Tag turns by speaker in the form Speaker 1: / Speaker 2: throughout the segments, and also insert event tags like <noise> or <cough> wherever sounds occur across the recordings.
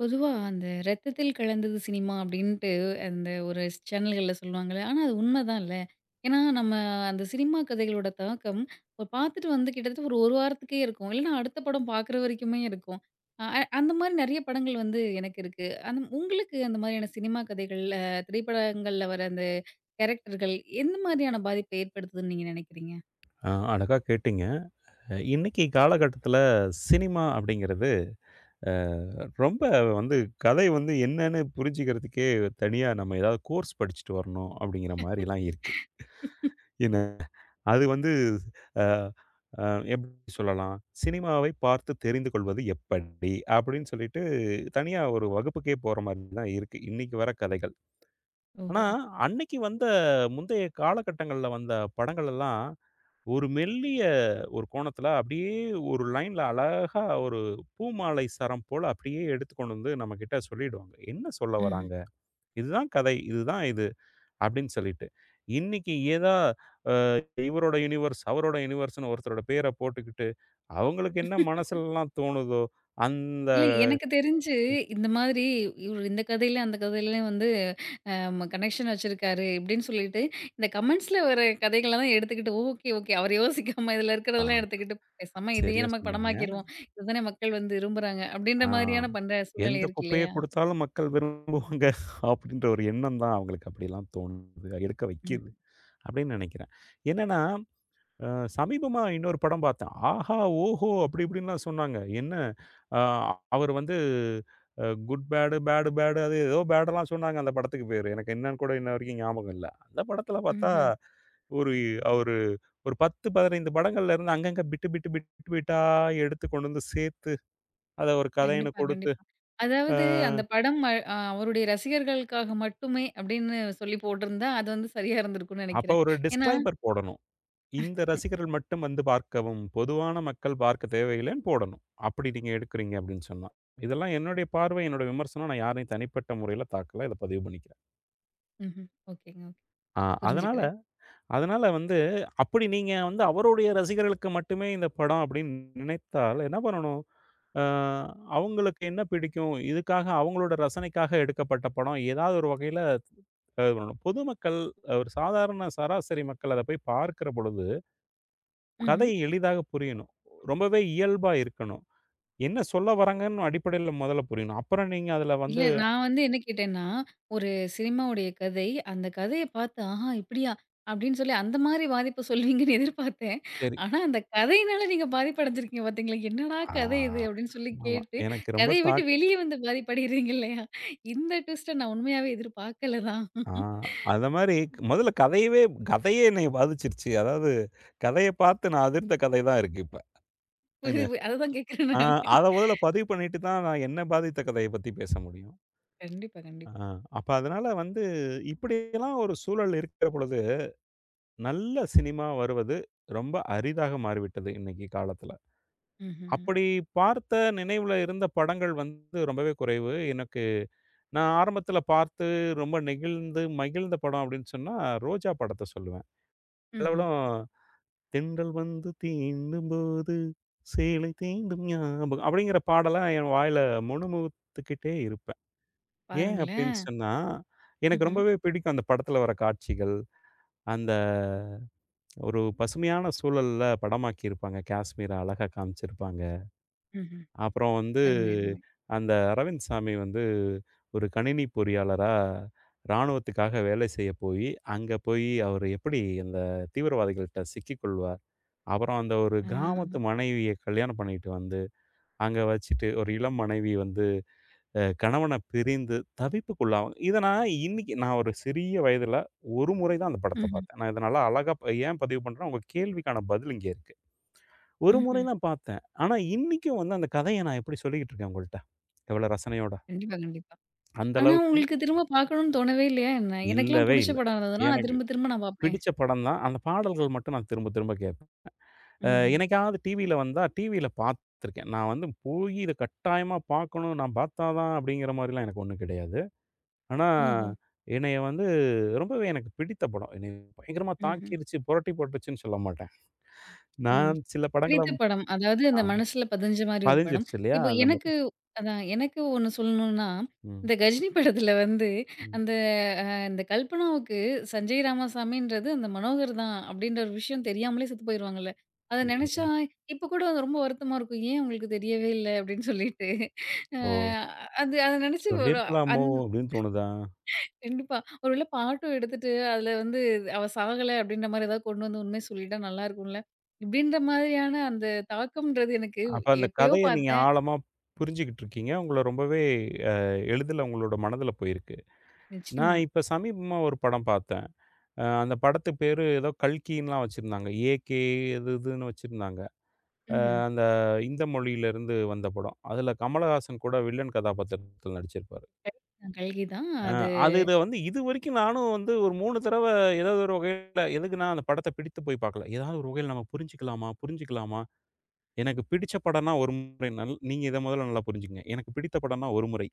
Speaker 1: பொதுவா அந்த "ரத்தத்தில் கலந்தது சினிமா" அப்படின்ட்டு அந்த ஒரு சேனல்கள்ல சொல்லுவாங்கல்ல. ஆனா அது உண்மைதான் இல்ல. ஏன்னா நம்ம அந்த சினிமா கதைகளோட தாக்கம் இப்ப பார்த்துட்டு வந்து கிட்டத்தட்ட ஒரு 1 வாரத்துக்கே இருக்கும். இல்லன்னா அடுத்த படம் பார்க்குற வரைக்குமே இருக்கும். அ அ அந்த மாரி நெறைய படங்கள் வந்து எனக்கு இருக்கு. உங்களுக்கு அந்த மாதிரியான சினிமா கதைகள்ல, திரைப்படங்கள்ல வர அந்த கேரக்டர்கள் எந்த மாதிரியான பாதிப்பை ஏற்படுத்துதுன்னு நீங்க நினைக்கிறீங்க?
Speaker 2: அழகா கேட்டீங்க. இன்னைக்கு காலகட்டத்தில சினிமா அப்படிங்கிறது, அ ரொம்ப வந்து கதை வந்து என்னன்னு புரிஞ்சுக்கிறதுக்கே தனியா நம்ம ஏதாவது கோர்ஸ் படிச்சுட்டு வரணும் அப்படிங்கிற மாரிலாம் இருக்கு. ஏன்னா, அது வந்து அ அ எப்படி சொல்லலாம்? சினிமாவை பார்த்து தெரிந்து கொள்வது எப்படி? அப்படின்னு சொல்லிட்டு தனியா ஒரு வகுப்புக்கே போற மாரி தான் இருக்கு, இன்னைக்கு வர கதைகள். ஆனா,
Speaker 1: ஓஹோ!
Speaker 2: அன்னைக்கு வந்த முந்தைய காலகட்டங்கள்ல வந்த படங்கள் எல்லாம் ஒரு மெல்லிய ஒரு கோணத்தில அப்படியே ஒரு லைன்ல அழகா ஒரு பூமாலை சரம் போல அப்படியே எடுத்து கொண்டு வந்து நம்மகிட்ட சொல்லிடுவாங்க. என்ன சொல்ல
Speaker 1: ம்ஹ்ம்.
Speaker 2: வராங்க? இதுதான் கதை. இதுதான் இது அப்படின்னு சொல்லிட்டு. இன்னைக்கு ஏதா அ இவரோட யூனிவர்ஸ், அவரோட யூனிவர்ஸ்ன்னு ஒருத்தரோட பேர போட்டுக்கிட்டு, அவங்களுக்கு என்ன மனசுலலாம் தோணுதோ, அந்த
Speaker 1: இல்ல எனக்கு தெரிஞ்சு இந்த மாதிரி இவரு இந்த கதையில, அந்த கதையிலயும் வந்து கனெக்ஷன் வச்சிருக்காரு இப்படின்னு சொல்லிட்டு, இந்த கமெண்ட்ஸ்ல வர கதைகள தான் எடுத்துக்கிட்டு, ஓகே, ஓகே. அவர் யோசிக்காம இதுல
Speaker 2: ஆ
Speaker 1: இருக்கிறதெல்லாம் எடுத்துக்கிட்டு, பேசாம இதையே
Speaker 2: சரியா
Speaker 1: நம்ம
Speaker 2: சொன்னீங்க.
Speaker 1: படமாக்கிருவோம். இதுதானே மக்கள் வந்து விரும்புறாங்க. அப்படின்ற
Speaker 2: ஆ
Speaker 1: மாதிரியான பண்ற சூழ்நிலை
Speaker 2: எந்த
Speaker 1: இருக்கு
Speaker 2: குப்பைய
Speaker 1: இல்லையா?
Speaker 2: குடுத்தாலும் மக்கள் விரும்புவாங்க அப்படின்ற ஒரு எண்ணம் தான் அவங்களுக்கு அப்படிலாம் தோணுது. எடுக்க வைக்கிது
Speaker 1: ம்.
Speaker 2: அப்படின்னு நினைக்கிறேன். என்னன்னா அ சமீபமா இன்னொரு படம் பார்த்தேன். ஆஹா! ஓஹோ! அப்படி இப்படின்லாம் சொன்னாங்க. என்ன அ அவர் வந்து குட் பேடு, பேடு பேடு அது ஏதோ பேடெல்லாம் சொன்னாங்க அந்த படத்துக்கு பேரு. எனக்கு என்னன்னு கூட இன்ன வரைக்கும் ஞாபகம் இல்ல. அந்த படத்துல பார்த்தா,
Speaker 1: ம்ஹ்ம்.
Speaker 2: ஒரு அவரு ஒரு 10, 15 படங்கள்ல இருந்து அங்கங்க பிட்டு பிட்டு பிட்டு பிட்டா எடுத்து கொண்டு வந்து சேர்த்து, அத ஒரு கதைன்னு
Speaker 1: கண்டிப்பா,
Speaker 2: கொடுத்து,
Speaker 1: கண்டிப்பா.
Speaker 2: அ
Speaker 1: அதாவது அந்த படம் அ அ, அவருடைய ரசிகர்களுக்காக மட்டுமே அப்படின்னு சொல்லி போட்டிருந்தா, அது வந்து சரியா இருந்திருக்கும்னு
Speaker 2: அப்ப
Speaker 1: நெனைக்கிறேன்.
Speaker 2: ஒரு
Speaker 1: ஏன்னா
Speaker 2: டிஸ்க்ளைமர் போடணும். இந்த ரசிகர்கள் மட்டும் வந்து பார்க்கவும், பொதுவான மக்கள் பார்க்க தேவையில்லைன்னு போடணும். அப்படி நீங்க எடுக்குறீங்க அப்படின்னு சொன்னா. இதெல்லாம் என்னுடைய பார்வை, என்னோட விமர்சனம். நான் யாரையும் தனிப்பட்ட முறையில தாக்கல. இத பதிவு பண்ணிக்கிறேன்.
Speaker 1: ம்ஹ்ம். ஓகேங்க, ஓகே.
Speaker 2: ஆ அதனால
Speaker 1: புரிஞ்சுக்கிறேன்.
Speaker 2: அதனால வந்து அப்படி நீங்க வந்து அவருடைய ரசிகர்களுக்கு மட்டுமே இந்த படம் அப்படின்னு நினைத்தால் என்ன பண்ணணும்? அ அவங்களுக்கு என்ன பிடிக்கும்? இதுக்காக அவங்களோட ரசனைக்காக எடுக்கப்பட்ட படம் ஏதாவது ஒரு வகையில அ பொதுமக்கள் ஒரு சாதாரண சராசரி மக்கள் அத போய் பார்க்கிற பொழுது
Speaker 1: ம்ஹ்ம்.
Speaker 2: கதை எளிதாக புரியணும். ரொம்பவே இயல்பா இருக்கணும். என்ன சொல்ல வராங்கன்னு அடிப்படையில முதல்ல புரியணும். அப்புறம் நீங்க அதுல
Speaker 1: இல்ல
Speaker 2: வந்து
Speaker 1: நான் வந்து என்ன கேட்டேன்னா, ஒரு சினிமாவுடைய கதை, அந்த கதைய பார்த்து, "ஆஹா! இப்படியா?" அப்படின்னு சொல்லி அந்த மாரி பாதிப்பு சொல்லுவீங்கன்னு <laughs> எதிர்பார்த்தேன்.
Speaker 2: சரி.
Speaker 1: ஆனா அந்த கதையினால நீங்க பாதிப்படைஞ்சிருக்கீங்க பார்த்தீங்களா? "என்னடா கதை இது?"
Speaker 2: ஆ
Speaker 1: அப்படின்னு சொல்லி
Speaker 2: ஆமா.
Speaker 1: கேட்டு,
Speaker 2: எனக்கு ரொம்ப
Speaker 1: கதைய விட்டு
Speaker 2: தாக்
Speaker 1: வெளிய வந்து பாதிப்படைகிறீங்க இல்லையா? இந்த ட்விஸ்ட்ட நான் உண்மையாவே எதிர்பார்க்கல தான்.
Speaker 2: ஆ
Speaker 1: <laughs>
Speaker 2: அந்த மாரி முதல்ல கதையே என்னைய பாதிச்சிருச்சு. அதாவது கதைய பார்த்து நான் அதிர்ந்த கதை தான் இருக்கு இப்ப.
Speaker 1: புரியுது
Speaker 2: என்ன
Speaker 1: அததான் கேட்கிறேன்
Speaker 2: ஆ
Speaker 1: நானு.
Speaker 2: அத முதல்ல பதிவு பண்ணிட்டு தான் நான் என்ன பாதித்த கதைய பத்தி பேச முடியும்.
Speaker 1: கண்டிப்பா,
Speaker 2: ஆ
Speaker 1: கண்டிப்பா.
Speaker 2: அப்ப அதனால வந்து இப்படியெல்லாம் ஒரு சூழல் இருக்கிற பொழுது, நல்ல சினிமா வருவது ரொம்ப அரிதாக மாறிவிட்டது இன்னைக்கு காலத்துல.
Speaker 1: ம்ஹ்ம்.
Speaker 2: அப்படி பார்த்த நினைவுல இருந்த படங்கள் வந்து ரொம்பவே குறைவு. எனக்கு நான் ஆரம்பத்தில பார்த்து ரொம்ப நெகிழ்ந்து, மகிழ்ந்த படம் அப்படின்னு சொன்னா, ரோஜா படத்த சொல்லுவேன்.
Speaker 1: ம்ஹ்ம்.
Speaker 2: அதுலவளும் "தென்றல் வந்து தீண்டும்போது சேலை தீண்டும் ஞாபகம்" அப்படிங்கிற பாடலா என் வாயில முணுமுணுத்துக்கிட்டே இருப்பேன். ஏன் அப்படின்னு
Speaker 1: பாருங்களேன்.
Speaker 2: சொன்னா, எனக்கு
Speaker 1: ம்ஹ்ம்.
Speaker 2: ரொம்பவே பிடிக்கும் அந்த படத்துல வர காட்சிகள். அந்த ஒரு பசுமையான சூழல்ல படமாக்கியிருப்பாங்க. காஷ்மீர அழகா காமிச்சிருப்பாங்க.
Speaker 1: ம்ஹ்ம்.
Speaker 2: அப்புறம் வந்து
Speaker 1: அருமை, அருமை.
Speaker 2: அந்த அரவிந்த் சாமி வந்து ஒரு கணினி பொறியாளரா ராணுவத்துக்காக வேலை செய்ய போய், அங்க போய் அவரு எப்படி அந்த தீவிரவாதிகள்ட்ட சிக்கிக்கொள்வார். அப்புறம் அந்த ஒரு
Speaker 1: ஆ.
Speaker 2: கிராமத்து மனைவிய கல்யாணம் பண்ணிட்டு வந்து, அங்க வச்சுட்டு ஒரு இளம் மனைவி வந்து கணவன பிரிந்து தவிப்புக்குள்ளாவாங்க. இத நான் இன்னைக்கு ஒரு சிறிய வயதுல ஒரு முறை தான் அந்த படத்த
Speaker 1: ம்ஹ்ம்.
Speaker 2: பார்த்தேன். நான் இத நல்லா அழகா ஏன் பதிவு பண்றேன்னா, உங்க கேள்விக்கான பதில் இங்கே இருக்கு. ஒரு முறை
Speaker 1: ம்ஹ்ம்.
Speaker 2: தான் பார்த்தேன். ஆனா, இன்னைக்கும் வந்து அந்த கதைய நான் எப்படி சொல்லிக்கிட்டு இருக்கேன் உங்கள்ட்ட. எவ்வளோ ரசனையோட.
Speaker 1: கண்டிப்பா, கண்டிப்பா.
Speaker 2: அந்த
Speaker 1: ஆனா,
Speaker 2: அளவுக்கு
Speaker 1: உங்களுக்கு திரும்ப பார்க்கணும்னு தோணவே இல்லையா என்ன? எனக்கெல்லாம்
Speaker 2: இல்லவே
Speaker 1: புடிச்ச
Speaker 2: இல்ல.
Speaker 1: படம் இருந்ததுன்னா, நான்
Speaker 2: எனக்கு
Speaker 1: திரும்ப திரும்ப நான் பார்ப்பேன்.
Speaker 2: பிடிச்ச படம் தான். அந்த பாடல்கள் மட்டும் நான் திரும்ப திரும்ப கேட்பேன். அ
Speaker 1: ம்ஹ்ம்.
Speaker 2: என்னைக்காவது டிவியில வந்தா, டிவியில பார்த்துருக்கேன். நான் வந்து போய் இத கட்டாயமா பார்க்கணும், நான் பார்த்தா தான் அப்படிங்கிற மாரிலாம் எனக்கு ஒண்ணும் கிடையாது. ஆனா,
Speaker 1: ஓஹோ!
Speaker 2: என்னைய வந்து ரொம்பவே எனக்கு பிடித்த படம். என்னைய பயங்கரமா
Speaker 1: ம்ஹ்ம்.
Speaker 2: தாக்கிருச்சு, புரட்டி போட்டுருச்சுன்னு சொல்ல மாட்டேன்.
Speaker 1: ம்.
Speaker 2: நான் சில படங்கள
Speaker 1: பிடித்த படம். அதாவது
Speaker 2: ஆ
Speaker 1: அந்த மனசுல பதிஞ்ச மாரி ஒரு படம்.
Speaker 2: பதிஞ்சிருச்சு இல்லையா?
Speaker 1: இப்போ
Speaker 2: அந்த மாரி.
Speaker 1: எனக்கு அதான் எனக்கு ஒண்ணு சொல்லணும்னா,
Speaker 2: ம்,
Speaker 1: இந்த கஜினி படத்துல வந்து
Speaker 2: ம்.
Speaker 1: அந்த அ இந்த கல்பனாவுக்கு சஞ்சய் ராமசாமின்றது அந்த மனோகர் தான் அப்டின்ற ஒரு விஷயம் தெரியாமலே செத்து போயிருவாங்கல்ல. அத நெனச்சா
Speaker 2: ம்.
Speaker 1: இப்ப கூட அது ரொம்ப வருத்தமா இருக்கும். ஏன் உங்களுக்கு தெரியவே இல்ல அப்டின்னு சொல்லிட்டு. அ
Speaker 2: ஓ!
Speaker 1: அத நெனச்சு ஒரு
Speaker 2: சொல்லியிருக்கலாமோ!
Speaker 1: அந்த
Speaker 2: அப்படின்னு தோணுதா?
Speaker 1: கண்டிப்பா. ஒரு வேள பாட்டும் எடுத்துட்டு, அதுல வந்து அவ சாகல அப்டின்ற மாரி ஏதாவது கொண்டு வந்து உண்மைய சொல்லிட்டா நல்லா இருக்கும்ல. இப்டின்ற மாதிரியான அந்த தாக்கம்ன்றது எனக்கு
Speaker 2: அப்ப அந்த
Speaker 1: எப்பயோ
Speaker 2: கதைய நீங்க
Speaker 1: பார்த்தேன்.
Speaker 2: ஆழமா புரிஞ்சுகிட்டு இருக்கீங்க. உங்கள ரொம்பவே அ எளிதில உங்களோட மனதில போயிருக்கு.
Speaker 1: நிச்சயமா.
Speaker 2: நான் இப்ப சமீபமா ஒரு படம் பார்த்தேன். அந்த படத்து பேரு ஏதோ கல்கின்லாம் வச்சிருந்தாங்க. ஏகே அது இதுன்னு வச்சிருந்தாங்க.
Speaker 1: ம்ஹ்ம்.
Speaker 2: அந்த இந்த மொழியிலிருந்து வந்த படம். அதுல கமலஹாசன் கூட வில்லன் கதாபாத்திரத்துல நடிச்சிருப்பாரு.
Speaker 1: நான் கல்கி தான்.
Speaker 2: அ
Speaker 1: அது
Speaker 2: அதுல வந்து இதுவரைக்கும் நானும் வந்து ஒரு 3 தடவ ஏதாவது ஒரு வகையில எதுக்கு நான் அந்த படத்த பிடித்து போய் பார்க்கல. ஏதாவது ஒரு வகையில நம்ம புரிஞ்சுக்கலாமா? எனக்கு பிடிச்ச படம்னா ஒரு முறை நல் நீங்க இத முதல்ல நல்லா புரிஞ்சுக்கங்க. எனக்கு பிடித்த படம்னா ஒரு முறை.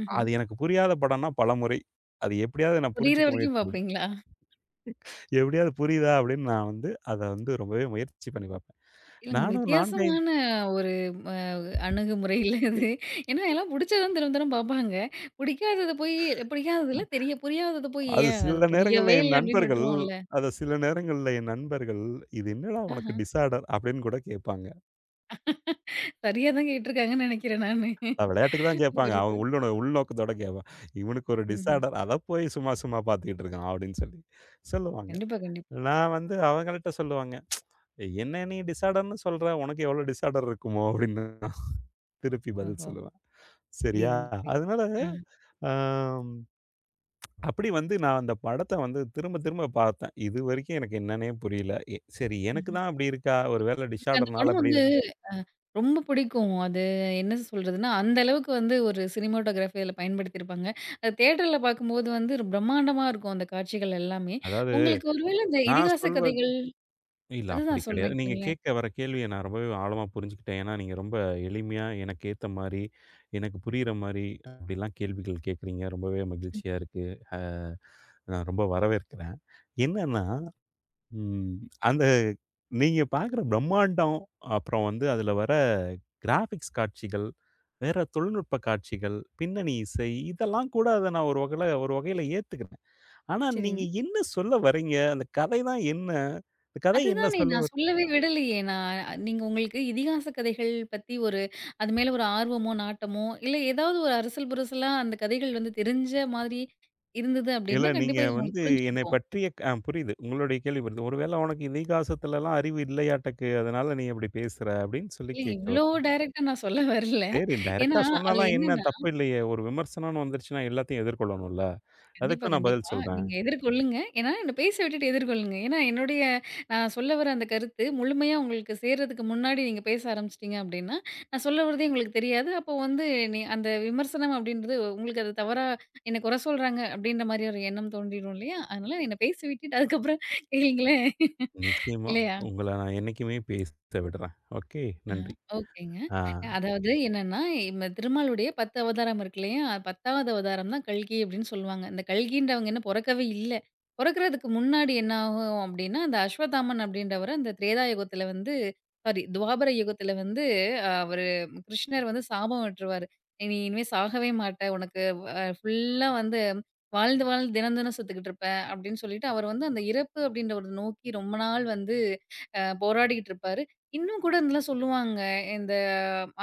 Speaker 1: ம்ஹ்ம்.
Speaker 2: அது எனக்கு புரியாத படம்னா பலமுறை. அது எப்படியாவது நான்
Speaker 1: புரியிற
Speaker 2: புரிஞ்சுக்க
Speaker 1: வரைக்கும்
Speaker 2: முயற்சி பண்ணுவேன்.
Speaker 1: பார்ப்பீங்களா?
Speaker 2: எப்படியாவது புரியுதா அப்படின்னு நான் வந்து அத வந்து ரொம்பவே முயற்சி பண்ணி பார்ப்பேன்.
Speaker 1: இல்லங்க
Speaker 2: நானும் 4, 5
Speaker 1: வித்தியாசமான ஒரு ம அணுகுமுறை இல்ல இது. ஏன்னா எல்லாம் புடிச்சதும் திரும்ப திரும்ப பார்ப்பாங்க. புடிக்காதது போய் புடிக்காததுல தெரிய புரியாதது போய்
Speaker 2: அது
Speaker 1: ஏன் அது
Speaker 2: சில நேரங்கள்ல
Speaker 1: புரியவே
Speaker 2: என்
Speaker 1: இல்ல அப்டின்னு
Speaker 2: நண்பர்கள்
Speaker 1: விட்டுருவோம்ல.
Speaker 2: அத சில நேரங்கள்ல என் நண்பர்கள், "இது என்னடா
Speaker 1: ஆஹ.
Speaker 2: உனக்கு டிஸார்டர்" அப்படின்னு கூட கேட்பாங்க.
Speaker 1: சரியா தான் கேட்டுருக்காங்கன்னு நெனைக்கிறேன் நானு.
Speaker 2: விளையாட்டுக்கு தான் கேட்பாங்க.
Speaker 1: புரியுது.
Speaker 2: அவங்க உள்ளோட உள்நோக்கத்தோட கேட்பான். "இவனுக்கு ஒரு
Speaker 1: ம்ஹ்ம்.
Speaker 2: டிஸார்டர். அத போய் சும்மா சும்மா பார்த்துக்கிட்டு இருக்கான்" அப்படின்னு சொல்லி சொல்லுவாங்க.
Speaker 1: கண்டிப்பா, கண்டிப்பா.
Speaker 2: நான் வந்து அவங்கள்ட்ட சொல்லுவாங்க. "என்ன நீ டிஸார்டர்ன்னு சொல்ற, உனக்கு எவ்ளோ டிஸார்டர் இருக்குமோ?" அப்படின்னு திருப்பி பதில்
Speaker 1: ஓஹோ!
Speaker 2: சொல்லுவேன். சரியா?
Speaker 1: புரியுதுங்க, புரியுது.
Speaker 2: அதனால
Speaker 1: ஆ.
Speaker 2: ஆம், அப்படி வந்து நான் அந்த படத்த வந்து திரும்ப திரும்ப பார்த்தேன். இதுவரைக்கும் எனக்கு என்னன்னே புரியல. எ சரி எனக்கு
Speaker 1: ம்ஹ்ம்.
Speaker 2: தான் அப்படி இருக்கா? ஒருவேள
Speaker 1: எனக்கு அந்த
Speaker 2: டிஸார்டர்னால
Speaker 1: படம்
Speaker 2: அப்படி
Speaker 1: வந்து
Speaker 2: இருக்
Speaker 1: ரொம்ப பிடிக்கும். அது என்ன சொல்றதுன்னா, அந்த அளவுக்கு வந்து ஒரு சினிமாட்டோகிராஃபி அதில பயன்படுத்தியிருப்பாங்க. அது தியேட்டர்ல பார்க்கும்போது வந்து பிரம்மாண்டமா இருக்கும் அந்த காட்சிகள் எல்லாமே.
Speaker 2: அதாவது
Speaker 1: உங்களுக்கு ஒருவேளை இந்த
Speaker 2: நான்
Speaker 1: இதிகாச
Speaker 2: சொல்வது
Speaker 1: கதைகள்
Speaker 2: இல்ல அப்படி
Speaker 1: அதுதான்
Speaker 2: கிடையாது.
Speaker 1: சொல்றேன்
Speaker 2: நீங்க
Speaker 1: கேளுங்களேன்.
Speaker 2: கேட்க வர கேள்விய நான் ரொம்பவே ஆழமா புரிஞ்சுக்கிட்டேன். ஏன்னா, நீங்க ரொம்ப எளிமையா எனக்கு ஏத்த மாரி, எனக்கு புரியிற மாரி அப்படிலாம் கேள்விகள் கேட்கிறீங்க. ரொம்பவே மகிழ்ச்சியா
Speaker 1: ம்.
Speaker 2: இருக்கு. நான் ரொம்ப வரவேற்கிறேன். என்னன்னா ம். அந்த நீங்க பார்க்குற பிரம்மாண்டம், அப்புறம் வந்து அதில வர கிராஃபிக்ஸ் காட்சிகள், வேற தொழில்நுட்ப காட்சிகள், பின்னணி இசை இதெல்லாம் கூட அத நான் ஒரு வகையில ஏத்துக்கிறேன். ஆனா நீங்க
Speaker 1: சரிங்க.
Speaker 2: என்ன சொல்ல வரீங்க? அந்த கதை தான் என்ன? இந்த கதை என்ன
Speaker 1: அதுதானே
Speaker 2: சொல்ல
Speaker 1: நான்
Speaker 2: வருது?
Speaker 1: சொல்லவே விடலையே! நான் அ, நீங்க உங்களுக்கு இதிகாச கதைகள் பத்தி ஒரு அது மேல ஒரு ஆர்வமோ, நாட்டமோ இல்ல ஏதாவது ஒரு அரசல் புரசலா அந்த கதைகள் வந்து தெரிஞ்ச மாதிரி இருந்தது
Speaker 2: இல்ல
Speaker 1: அப்டின்னா,
Speaker 2: நீங்க
Speaker 1: கண்டிப்பா இது உங்களுக்கு
Speaker 2: வந்து என்னை
Speaker 1: புரிஞ்சிருக்கும்.
Speaker 2: பற்றிய புரியுது. உங்களுடைய கேள்வி புரியுது. "ஒருவேளை உனக்கு இந்த இதிகாசத்துலலாம் அறிவு இல்லையாட்டக்கு, அதனால நீ அப்படி பேசுற" அப்படின்னு சொல்லி
Speaker 1: இல்ல
Speaker 2: கேட்க
Speaker 1: இவ்ளோ
Speaker 2: வர்றேன்.
Speaker 1: டைரக்ட்டா நான் சொல்ல வரல.
Speaker 2: சரி.
Speaker 1: ஏன்னா,
Speaker 2: டைரக்ட்டா சொன்னா
Speaker 1: அதுல
Speaker 2: தான் என்ன
Speaker 1: என்னன்னா
Speaker 2: தப்பு இல்லையே! ஒரு விமர்சனம்னு வந்துருச்சுன்னா, எல்லாத்தையும் எதிர்கொள்ளணும்ல.
Speaker 1: கண்டிப்பா,
Speaker 2: அதுக்கும் நான் பதில்
Speaker 1: கண்டிப்பா.
Speaker 2: சொல்றேன்.
Speaker 1: நீங்க எதிர்கொள்ளுங்க. ஏன்னா என்ன பேச விட்டுட்டு எதிர்கொள்ளுங்க. ஏன்னா என்னுடைய நான் சொல்ல வர அந்த கருத்து முழுமையா உங்களுக்கு சேர்றதுக்கு முன்னாடி நீங்க பேச ஆரம்பிச்சிட்டீங்க அப்டின்னா, நான் சொல்ல வரதே உங்களுக்கு தெரியாது. அப்போ வந்து நீ அந்த விமர்சனம் அப்டின்றது உங்களுக்கு அது தவறா என்ன குறை சொல்றாங்க அப்டின்ற மாரி ஒரு எண்ணம் தோன்றிரும் இல்லையா? அதனால என்ன பேச விட்டுட்டு அதுக்கப்புறம் கேளுங்களேன்
Speaker 2: நிச்சயமா.
Speaker 1: இல்லையா?
Speaker 2: உங்கள நான் என்னைக்குமே பேச விடுறேன். ஓகே.
Speaker 1: ஆஹா,
Speaker 2: நன்றி.
Speaker 1: ஓகேங்க.
Speaker 2: ஆ
Speaker 1: அதாவது என்னன்னா, திருமாலுடைய 10 அவதாரம் இருக்கு இல்லையா? 10வது அவதாரம் தான் கல்கி அப்படின்னு சொல்லுவாங்க. இந்த கல்கின்றவங்க இன்னும் பொறக்கவே இல்ல. பொறக்கறதுக்கு முன்னாடி என்ன ஆகும் அப்படின்னா, அந்த அஸ்வத்தாமன் அப்படின்றவரு அந்த திரேதா யுகத்துல வந்து சாரி துவாபர யுகத்துல வந்து அவரு கிருஷ்ணர் வந்து சாபம் விட்டுருவாரு. "நீ இனிமே சாகவே மாட்ட. உனக்கு ஃபுல்லா வந்து வாழ்ந்து வாழ்ந்து தினம் தினம் செத்துக்கிட்டு இருப்ப" அப்படின்னு சொல்லிட்டு அவர் வந்து அந்த இறப்பு அப்படின்ற ஒரு நோக்கி ரொம்ப நாள் வந்து போராடிக்கிட்டு இருப்பாரு. இன்னும் கூட இதெல்லாம் சொல்லுவாங்க. இந்த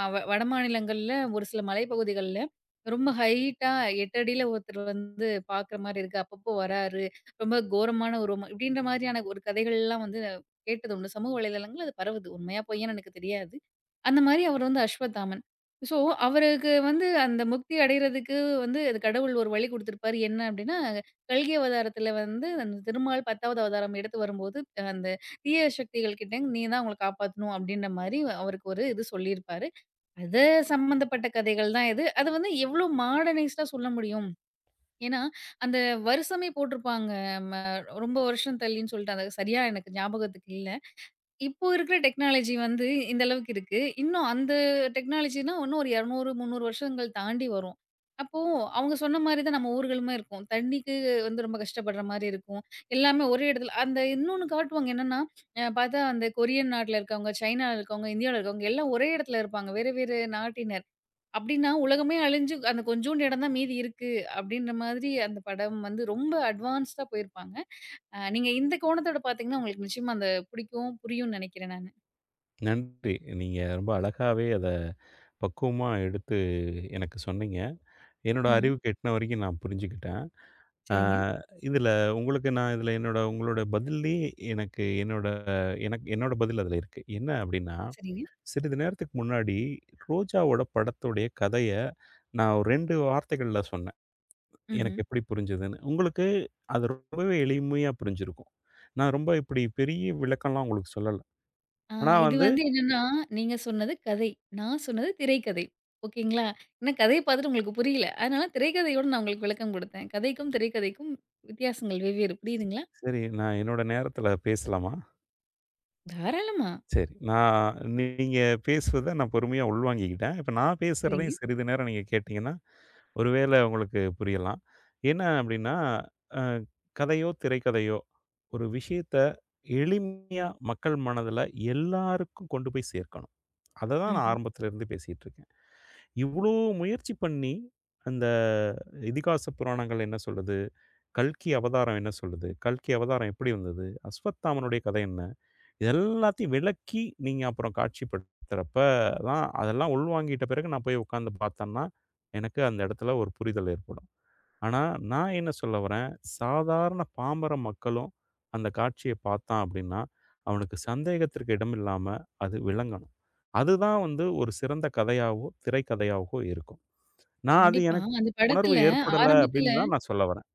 Speaker 1: அ வ வடமாநிலங்கள்ல ஒரு சில மலைப்பகுதிகள்ல ரொம்ப ஹைட்டா 8 அடியில ஒருத்தர் வந்து பார்க்குற மாரி இருக்கு. அப்பப்போ வராரு. ரொம்ப கோரமான உருவமா இப்படின்ற மாதிரியான ஒரு கதைகள்லாம் வந்து கேட்டது உண்டு. சமூக வலைதளங்கள்ல அது பரவுது. உண்மையா பொய்யான்னு எனக்கு தெரியாது. அந்த மாரி அவர் வந்து அஸ்வத்தாமன். ஸோ, அவருக்கு வந்து அந்த முக்தி அடையறதுக்கு வந்து அது கடவுள் ஒரு வழி குடுத்திருப்பாரு. என்ன அப்படின்னா, கல்கி அவதாரத்தில வந்து அந்த திருமால் 10வது அவதாரம் எடுத்து வரும்போது, அந்த தீய சக்திகள் கிட்டேருந்து நீ தான் அவங்கள காப்பாத்தணும் அப்டின்ற மாரி அவருக்கு ஒரு இது சொல்லியிருப்பாரு. அது சம்மந்தப்பட்ட கதைகள் தான் இது. அது வந்து எவ்ளோ மாடர்னைஸ்டா சொல்ல முடியும்? ஏன்னா, அந்த வருஷமே போட்டிருப்பாங்க. ம ரொம்ப வருஷம் தள்ளின்னு சொல்லிட்டு, அது சரியா எனக்கு ஞாபகத்துக்கு இல்ல. இப்போ இருக்கிற டெக்னாலஜி வந்து இந்த அளவுக்கு இருக்கு. இன்னும் அந்த டெக்னாலஜினா இன்னும் ஒரு 200, 300 வருஷங்கள் தாண்டி வரும். அப்போ அவங்க சொன்ன மாரி தான் நம்ம ஊர்களுமே இருக்கும். தண்ணிக்கு வந்து ரொம்ப கஷ்டப்படுற மாரி இருக்கும். எல்லாமே ஒரே இடத்துல அந்த இன்னொன்னு காட்டுவாங்க என்னன்னா, பார்த்தா அந்த கொரியன் நாட்ல இருக்கவங்க, சைனால இருக்கவங்க, இந்தியாவுல இருக்கவங்க எல்லாம் ஒரே இடத்துல இருப்பாங்க. வேறு வேறு நாட்டினர். அப்டின்னா உலகமே அழிஞ்சு அந்த கொஞ்சூண்டு இடம் தான் மீதி இருக்கு. அப்டின்ற மாதிரி அந்த படம் வந்து ரொம்ப அட்வான்ஸ்டா போயிருப்பாங்க. நீங்க இந்த கோணத்தோட பார்த்தீங்கன்னா, உங்களுக்கு நிச்சயமா அந்த பிடிக்கும், புரியும்னு நினைக்கிறேன் நானு.
Speaker 2: நன்றி. நீங்க ரொம்ப அழகாவே அத பக்குவமா எடுத்து எனக்கு சொன்னீங்க. என்னோட
Speaker 1: ம்ஹ்ம்.
Speaker 2: அறிவுக்கு எட்டுன வரைக்கும் நான் புரிஞ்சுக்கிட்டேன். ஆ
Speaker 1: சரிங்க,
Speaker 2: இதில உங்களுக்கு நான் இதில என்னோட உங்களோட பதில்லயே எனக்கு என்னோட எனக்கு என்னோட பதில் அதில இருக்கு. என்ன அப்டின்னா,
Speaker 1: சரிங்க.
Speaker 2: சிறிது நேரத்துக்கு முன்னாடி ரோஜாவோட படத்துடைய கதைய நான் ஒரு 2 வார்த்தைகள்ல சொன்னேன்.
Speaker 1: ம்ஹ்ம்.
Speaker 2: எனக்கு எப்படி புரிஞ்சதுன்னு. உங்களுக்கு அது ரொம்பவே எளிமையா புரிஞ்சிருக்கும். நான் ரொம்ப இப்படி பெரிய விளக்கம்லாம் உங்களுக்கு சொல்லல.
Speaker 1: ஆ
Speaker 2: ஆனா
Speaker 1: இது
Speaker 2: வந்து
Speaker 1: வந்து என்னன்னா, நீங்க சொன்னது கதை. நான் சொன்னது திரைக்கதை. ஓகேங்களா? ஏன்னா கதைய பார்த்துட்டு உங்களுக்கு புரியல. அதனால திரைக்கதையோட நான் உங்களுக்கு விளக்கம் குடுத்தேன். கதைக்கும், திரைக்கதைக்கும் வித்தியாசங்கள் வெவ்வேறு. புரியுதுங்களா?
Speaker 2: சரி நான் என்னோட நேரத்தில பேசலாமா?
Speaker 1: தாராளமா.
Speaker 2: சரி நான் நீங்க பேசுவத நான் பொறுமையா உள்வாங்கிக்கிட்டேன். இப்ப நான்
Speaker 1: சரிங்க.
Speaker 2: பேசுறதையும் சிறிது நேரம் நீங்க கேட்டீங்கன்னா ஒருவேளை உங்களுக்கு புரியலாம். என்ன அப்படின்னா, அ கதையோ, திரைக்கதையோ ஒரு விஷயத்த எளிமையா மக்கள் மனதில எல்லாருக்கும் கொண்டு போய் சேர்க்கணும். அததான் நான்
Speaker 1: ம்ஹ்ம்.
Speaker 2: ஆரம்பத்துல இருந்து பேசிட்டு இருக்கேன். இவ்ளோ முயற்சி பண்ணி அந்த இதிகாச புராணங்கள் என்ன சொல்லுது? கல்கி அவதாரம் என்ன சொல்லுது? கல்கி அவதாரம் எப்படி வந்தது? அஸ்வத்தாமனுடைய கதை என்ன? இது எல்லாத்தையும் விளக்கி நீங்க அப்புறம் காட்சிப்படுத்துறப்ப தான் அதெல்லாம் உள்வாங்கிட்ட பிறகு நான் போய் உட்காந்து பார்த்தன்னா, எனக்கு அந்த இடத்துல ஒரு புரிதல் ஏற்படும். ஆனா, நான் என்ன சொல்ல வரேன், சாதாரண பாமர மக்களும் அந்த காட்சிய பார்த்தான் அப்படின்னா, அவனுக்கு சந்தேகத்திற்கு இடமில்லாம அது விளங்கணும். அதுதான் வந்து ஒரு சிறந்த கதையாவோ, திரைக்கதையாகவோ இருக்கும். நான் அது
Speaker 1: கண்டிப்பா.
Speaker 2: எனக்கு
Speaker 1: அந்த
Speaker 2: உணர்வு
Speaker 1: படத்துல
Speaker 2: ஏற்படல
Speaker 1: ஆரம்பத்துல
Speaker 2: அப்படின்னு தான் நான் சொல்ல வரேன்.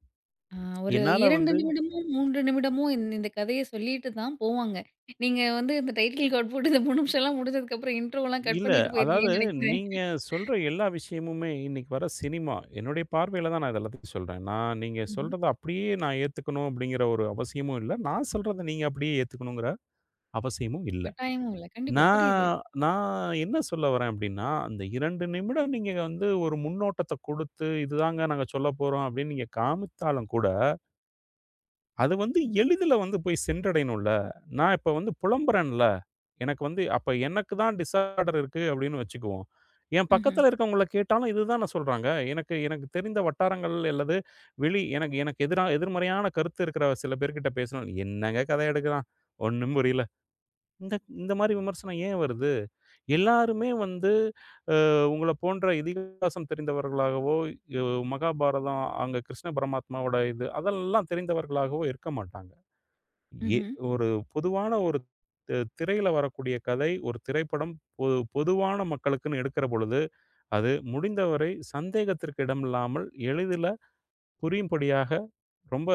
Speaker 1: ஆ ஒரு
Speaker 2: என்னால
Speaker 1: 2
Speaker 2: வந்து
Speaker 1: நிமிடமோ, 3 நிமிடமோ இந்த கதைய சொல்லிட்டு தான் போவாங்க. நீங்க வந்து இந்த டைட்டில் கார்ட் போட்டு இந்த 3 நிமிஷம்லாம் முடிஞ்சதுக்கப்புறம் இன்ட்ரோலாம் கட்
Speaker 2: இல்ல
Speaker 1: பண்ணிட்டு
Speaker 2: அதாவது
Speaker 1: போயிருக்கீங்கன்னு நெனைக்கிறேன்.
Speaker 2: நீங்க சொல்ற எல்லா விஷயமுமே இன்னைக்கு வர சினிமா, என்னுடைய பார்வையில தான் நான் இது எல்லாத்தையும் சொல்றேன். நான் நீங்க
Speaker 1: ம்ஹ்ம்.
Speaker 2: சொல்றத அப்படியே நான் ஏத்துக்கணும் அப்படிங்கிற ஒரு அவசியமும் இல்ல. நான் சொல்றத நீங்க அப்படியே ஏத்துக்கணுங்கிற அவசியமும் இல்ல.
Speaker 1: கட்டாயமும் இல்ல. கண்டிப்பா புரியுது.
Speaker 2: நான் நான் என்ன சொல்ல வரேன் அப்படின்னா, அந்த 2 நிமிடம் நீங்க வந்து ஒரு முன்னோட்டத்த குடுத்து, இதுதாங்க நாங்க சொல்லப் போறோம் அப்படின்னு நீங்க காமித்தாலும் கூட, அது வந்து எளிதில வந்து போய் சென்றடையணும்ல. நான் இப்ப வந்து புலம்புறேன்ல, எனக்கு வந்து அப்ப எனக்கு தான் டிஸார்டர் இருக்கு அப்படின்னு வச்சுக்குவோம். என்
Speaker 1: ம்ஹ்ம்.
Speaker 2: பக்கத்துல இருக்கவங்கள கேட்டாலும் இதுதான சொல்றாங்க. எனக்கு எனக்கு தெரிந்த வட்டாரங்கள் அல்லது வெளி எனக்கு எனக்கு எதிரா எதிர்மறையான கருத்து இருக்கிற சில பேர்கிட்ட பேசினாலும், "என்னங்க கதை எடுக்கிறான், ஒண்ணும் புரியல." இந்த இந்த மாரி விமர்சனம் ஏன் வருது? எல்லாருமே வந்து அ உங்கள போன்ற இதிகாசம் தெரிந்தவர்களாகவோ, யோ மகாபாரதம் அங்க கிருஷ்ண பரமாத்மாவோட இது அதெல்லாம் தெரிந்தவர்களாகவோ இருக்க மாட்டாங்க. எ
Speaker 1: ம்ஹ்ம்.
Speaker 2: ஒரு பொதுவான ஒரு தி திரையில வரக்கூடிய கதை, ஒரு திரைப்படம் பொ பொதுவான மக்களுக்குன்னு எடுக்கிற பொழுது, அது முடிந்தவரை சந்தேகத்திற்கு இடமில்லாமல் எளிதில புரியும்படியாக ரொம்ப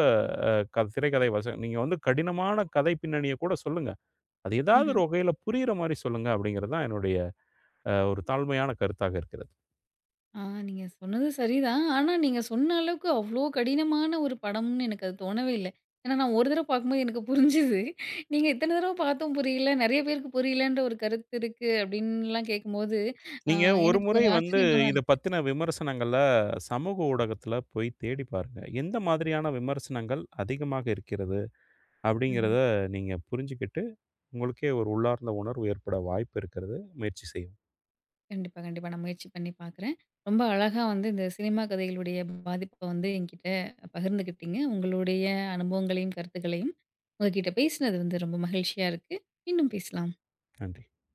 Speaker 2: க திரைக்கதை வசனம் நீங்க வந்து கடினமான கதை பின்னணிய கூட சொல்லுங்க. அது ஏதாவது
Speaker 1: ம்ஹ்ம்.
Speaker 2: ஒரு வகையில புரியிற மாரி சொல்லுங்க அப்படிங்கிறது தான் என்னுடைய ஒரு தாழ்மையான கருத்தாக இருக்கிறது.
Speaker 1: ஆ நீங்க சொன்னது சரிதான். ஆனா, நீங்க சொன்ன அளவுக்கு அவ்ளோ கடினமான ஒரு படம்னு எனக்கு அது தோணவே இல்ல. ஏன்னா, நான் ஒரு தடவ பார்க்கும்போது எனக்கு புரிஞ்சுது. நீங்க இத்தன தடவ பார்த்தும் புரியல, நெறைய பேருக்கு புரியலன்ற ஒரு கருத்து இருக்கு அப்டின்லாம் கேட்கும்போது, ஆ
Speaker 2: நீங்க ஒரு
Speaker 1: எனக்கு
Speaker 2: முறை
Speaker 1: கொஞ்சம்
Speaker 2: வந்து
Speaker 1: ஆச்சரியமா தான்
Speaker 2: இத
Speaker 1: இருக்கு.
Speaker 2: பத்தின விமர்சனங்கள சமூக ஊடகத்துல போய் தேடி பாருங்க. எந்த மாதிரியான விமர்சனங்கள் அதிகமாக இருக்கிறது
Speaker 1: ம்ஹ்ம்.
Speaker 2: அப்படிங்கிறத நீங்க புரிஞ்சுகிட்டு, உங்களுக்கே ஒரு உள்ளார்ந்த உணர்வு ஏற்பட வாய்ப்பு இருக்கிறது. முயற்சி செய்யவும்.
Speaker 1: கண்டிப்பா, கண்டிப்பா. நான் முயற்சி பண்ணி பார்க்குறேன். ரொம்ப அழகா வந்து இந்த சினிமா கதைகளுடைய பாதிப்ப வந்து என்கிட்ட பகிர்ந்துக்கிட்டீங்க. உங்களுடைய அனுபவங்களையும், கருத்துக்களையும் உங்ககிட்ட பேசினது வந்து ரொம்ப மகிழ்ச்சியா இருக்கு. மீண்டும் பேசலாம்.
Speaker 2: நன்றி.